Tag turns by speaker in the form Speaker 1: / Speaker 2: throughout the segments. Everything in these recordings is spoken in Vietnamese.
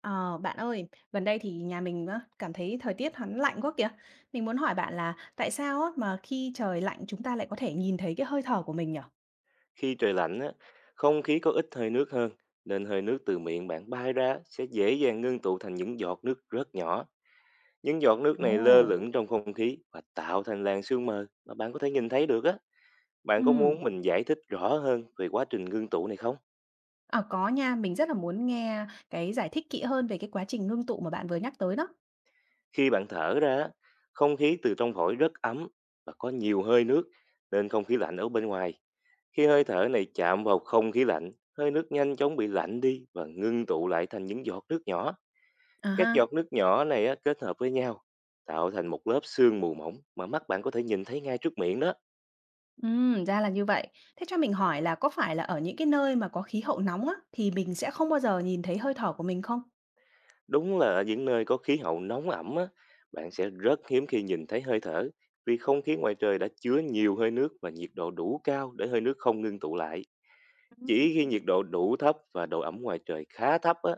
Speaker 1: Ờ, bạn ơi, gần đây thì nhà mình á, cảm thấy thời tiết hắn lạnh quá kìa. Mình muốn hỏi bạn là tại sao á, mà khi trời lạnh chúng ta lại có thể nhìn thấy cái hơi thở của mình nhở?
Speaker 2: Khi trời lạnh á, không khí có ít hơi nước hơn, nên hơi nước từ miệng bạn bay ra sẽ dễ dàng ngưng tụ thành những giọt nước rất nhỏ. Những giọt nước này lơ
Speaker 1: Ồ.
Speaker 2: lửng trong không khí và tạo thành làn sương mờ mà bạn có thể nhìn thấy được á. Bạn có
Speaker 1: Ừ,
Speaker 2: muốn mình giải thích rõ hơn về quá trình ngưng tụ này không?
Speaker 1: à, có nha, mình rất là muốn nghe cái giải thích kỹ hơn về cái quá trình ngưng tụ mà bạn vừa nhắc tới đó.
Speaker 2: Khi bạn thở ra, á, không khí từ trong phổi rất ấm và có nhiều hơi nước, nên không khí lạnh ở bên ngoài. Khi hơi thở này chạm vào không khí lạnh, hơi nước nhanh chóng bị lạnh đi và ngưng tụ lại thành những giọt nước nhỏ.
Speaker 1: À
Speaker 2: Các
Speaker 1: ha.
Speaker 2: giọt nước nhỏ này á, kết hợp với nhau, tạo thành một lớp sương mù mỏng mà mắt bạn có thể nhìn thấy ngay trước miệng đó.
Speaker 1: Ừ, ra là như vậy. Thế cho mình hỏi là có phải là ở những cái nơi mà có khí hậu nóng á, thì mình sẽ không bao giờ nhìn thấy hơi thở của mình không?
Speaker 2: Đúng là ở những nơi có khí hậu nóng ẩm á, bạn sẽ rất hiếm khi nhìn thấy hơi thở vì không khí ngoài trời đã chứa nhiều hơi nước và nhiệt độ đủ cao để hơi nước không ngưng tụ lại.
Speaker 1: Ừ.
Speaker 2: Chỉ khi nhiệt độ đủ thấp và độ ẩm ngoài trời khá thấp á,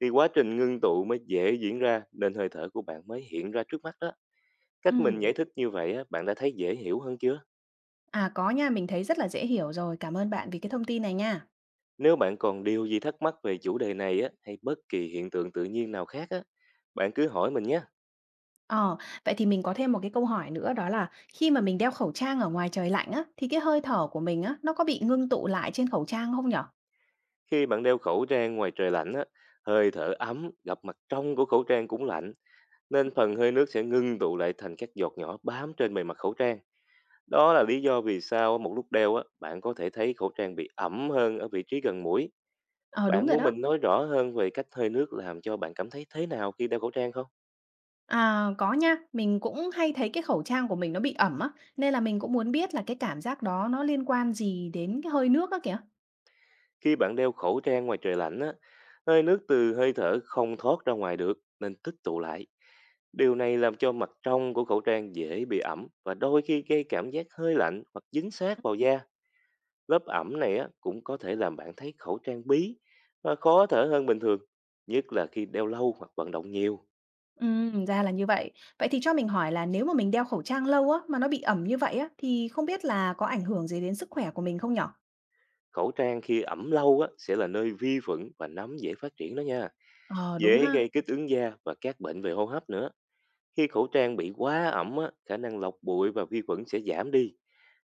Speaker 2: thì quá trình ngưng tụ mới dễ diễn ra nên hơi thở của bạn mới hiện ra trước mắt đó.
Speaker 1: Ừ,
Speaker 2: Cách mình giải thích như vậy á, bạn đã thấy dễ hiểu hơn chưa?
Speaker 1: à có nha, mình thấy rất là dễ hiểu rồi. Cảm ơn bạn vì cái thông tin này nha.
Speaker 2: Nếu bạn còn điều gì thắc mắc về chủ đề này á, hay bất kỳ hiện tượng tự nhiên nào khác á, bạn cứ hỏi mình nhé.
Speaker 1: Ờ, vậy thì mình có thêm một cái câu hỏi nữa, đó là khi mà mình đeo khẩu trang ở ngoài trời lạnh á, thì cái hơi thở của mình á, nó có bị ngưng tụ lại trên khẩu trang không nhở?
Speaker 2: Khi bạn đeo khẩu trang ngoài trời lạnh á, hơi thở ấm gặp mặt trong của khẩu trang cũng lạnh, nên phần hơi nước sẽ ngưng tụ lại thành các giọt nhỏ bám trên bề mặt khẩu trang. Đó là lý do vì sao một lúc đeo á, bạn có thể thấy khẩu trang bị ẩm hơn ở vị trí gần mũi.
Speaker 1: Ờ, đúng
Speaker 2: Bạn
Speaker 1: rồi
Speaker 2: muốn
Speaker 1: đó.
Speaker 2: mình nói rõ hơn về cách hơi nước làm cho bạn cảm thấy thế nào khi đeo khẩu trang không?
Speaker 1: À, có nha, mình cũng hay thấy cái khẩu trang của mình nó bị ẩm á, nên là mình cũng muốn biết là cái cảm giác đó nó liên quan gì đến cái hơi nước á kìa.
Speaker 2: Khi bạn đeo khẩu trang ngoài trời lạnh á, hơi nước từ hơi thở không thoát ra ngoài được nên tích tụ lại. Điều này làm cho mặt trong của khẩu trang dễ bị ẩm và đôi khi gây cảm giác hơi lạnh hoặc dính sát vào da. Lớp ẩm này á, cũng có thể làm bạn thấy khẩu trang bí và khó thở hơn bình thường, nhất là khi đeo lâu hoặc vận động nhiều.
Speaker 1: Ừ, ra là như vậy. Vậy thì cho mình hỏi là nếu mà mình đeo khẩu trang lâu á, mà nó bị ẩm như vậy á, thì không biết là có ảnh hưởng gì đến sức khỏe của mình không nhở?
Speaker 2: Khẩu trang khi ẩm lâu á, sẽ là nơi vi khuẩn và nấm dễ phát triển đó nha,
Speaker 1: Ờ, đúng
Speaker 2: dễ
Speaker 1: ha.
Speaker 2: gây kích ứng da và các bệnh về hô hấp nữa. Khi khẩu trang bị quá ẩm, á, khả năng lọc bụi và vi khuẩn sẽ giảm đi,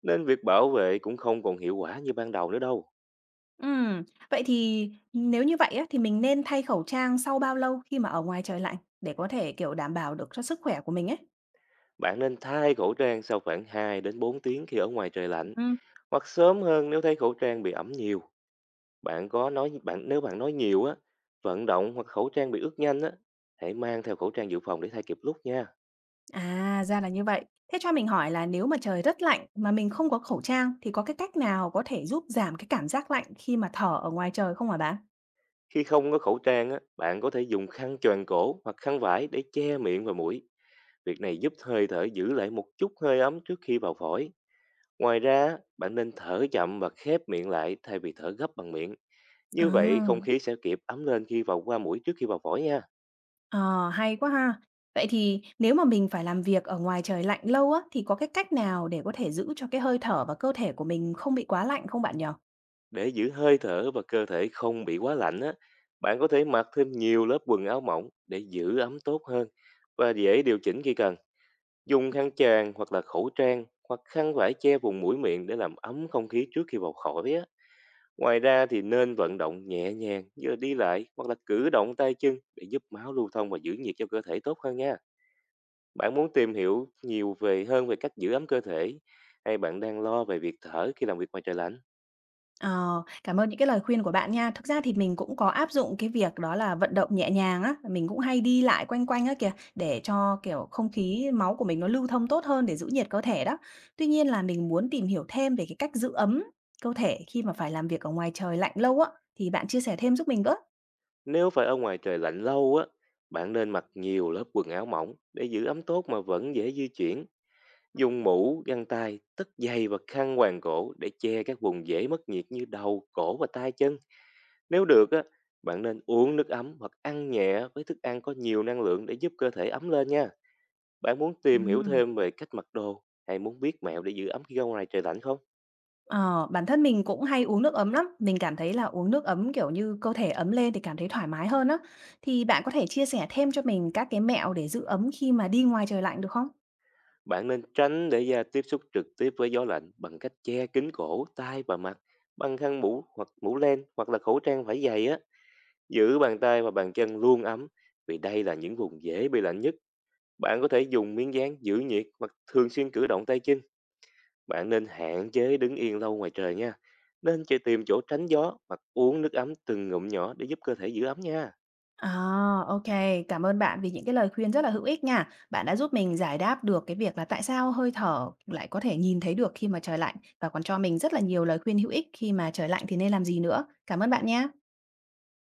Speaker 2: nên việc bảo vệ cũng không còn hiệu quả như ban đầu nữa đâu.
Speaker 1: Ừm, vậy thì nếu như vậy á, thì mình nên thay khẩu trang sau bao lâu khi mà ở ngoài trời lạnh, để có thể, kiểu, đảm bảo được cho sức khỏe của mình ấy?
Speaker 2: Bạn nên thay khẩu trang sau khoảng 2 đến 4 tiếng khi ở ngoài trời lạnh,
Speaker 1: Ừm.
Speaker 2: hoặc sớm hơn nếu thấy khẩu trang bị ẩm nhiều. Bạn có nói bạn Nếu bạn nói nhiều á, vận động hoặc khẩu trang bị ướt nhanh á, hãy mang theo khẩu trang dự phòng để thay kịp lúc nha.
Speaker 1: À, ra là như vậy. Thế cho mình hỏi là nếu mà trời rất lạnh mà mình không có khẩu trang, thì có cái cách nào có thể giúp giảm cái cảm giác lạnh khi mà thở ở ngoài trời không hả bạn?
Speaker 2: Khi không có khẩu trang á, bạn có thể dùng khăn choàng cổ hoặc khăn vải để che miệng và mũi. Việc này giúp hơi thở giữ lại một chút hơi ấm trước khi vào phổi. Ngoài ra, bạn nên thở chậm và khép miệng lại thay vì thở gấp bằng miệng. Như vậy,
Speaker 1: À,
Speaker 2: không khí sẽ kịp ấm lên khi vào qua mũi trước khi vào phổi nha.
Speaker 1: ờ, hay quá ha. Vậy thì nếu mà mình phải làm việc ở ngoài trời lạnh lâu á, thì có cái cách nào để có thể giữ cho cái hơi thở và cơ thể của mình không bị quá lạnh không bạn nhỉ?
Speaker 2: Để giữ hơi thở và cơ thể không bị quá lạnh á, bạn có thể mặc thêm nhiều lớp quần áo mỏng để giữ ấm tốt hơn và dễ điều chỉnh khi cần. Dùng khăn tràn hoặc là khẩu trang hoặc khăn vải che vùng mũi miệng để làm ấm không khí trước khi vào phổi á. Ngoài ra thì nên vận động nhẹ nhàng như là đi lại hoặc là cử động tay chân để giúp máu lưu thông và giữ nhiệt cho cơ thể tốt hơn nha. Bạn muốn tìm hiểu nhiều hơn về cách giữ ấm cơ thể hay bạn đang lo về việc thở khi làm việc ngoài trời lạnh?
Speaker 1: Ờ, cảm ơn những cái lời khuyên của bạn nha. Thực ra thì mình cũng có áp dụng cái việc đó, là vận động nhẹ nhàng á, mình cũng hay đi lại quanh quanh á kìa, để cho, kiểu, không khí máu của mình nó lưu thông tốt hơn để giữ nhiệt cơ thể đó. Tuy nhiên, là mình muốn tìm hiểu thêm về cái cách giữ ấm cơ thể khi mà phải làm việc ở ngoài trời lạnh lâu á, thì bạn chia sẻ thêm giúp mình với.
Speaker 2: Nếu phải ở ngoài trời lạnh lâu á, bạn nên mặc nhiều lớp quần áo mỏng để giữ ấm tốt mà vẫn dễ di chuyển. Dùng mũ, găng tay, tất giày và khăn quàng cổ để che các vùng dễ mất nhiệt như đầu, cổ và tay chân. Nếu được á, bạn nên uống nước ấm hoặc ăn nhẹ với thức ăn có nhiều năng lượng để giúp cơ thể ấm lên nha. Bạn muốn tìm hiểu
Speaker 1: Ừm.
Speaker 2: thêm về cách mặc đồ hay muốn biết mẹo để giữ ấm khi ra ngoài trời lạnh không?
Speaker 1: Ờ, bản thân mình cũng hay uống nước ấm lắm, mình cảm thấy là uống nước ấm, kiểu như, cơ thể ấm lên thì cảm thấy thoải mái hơn á. Thì bạn có thể chia sẻ thêm cho mình các cái mẹo để giữ ấm khi mà đi ngoài trời lạnh được không?
Speaker 2: Bạn nên tránh để da tiếp xúc trực tiếp với gió lạnh bằng cách che kín cổ, tai và mặt bằng khăn mũ hoặc mũ len hoặc là khẩu trang vải dày á. Giữ bàn tay và bàn chân luôn ấm vì đây là những vùng dễ bị lạnh nhất. Bạn có thể dùng miếng dán giữ nhiệt hoặc thường xuyên cử động tay chân. Bạn nên hạn chế đứng yên lâu ngoài trời nha. Nên chỉ tìm chỗ tránh gió hoặc uống nước ấm từng ngụm nhỏ để giúp cơ thể giữ ấm nha.
Speaker 1: À, OK. Cảm ơn bạn vì những cái lời khuyên rất là hữu ích nha. Bạn đã giúp mình giải đáp được cái việc là tại sao hơi thở lại có thể nhìn thấy được khi mà trời lạnh, và còn cho mình rất là nhiều lời khuyên hữu ích khi mà trời lạnh thì nên làm gì nữa. Cảm ơn bạn nha.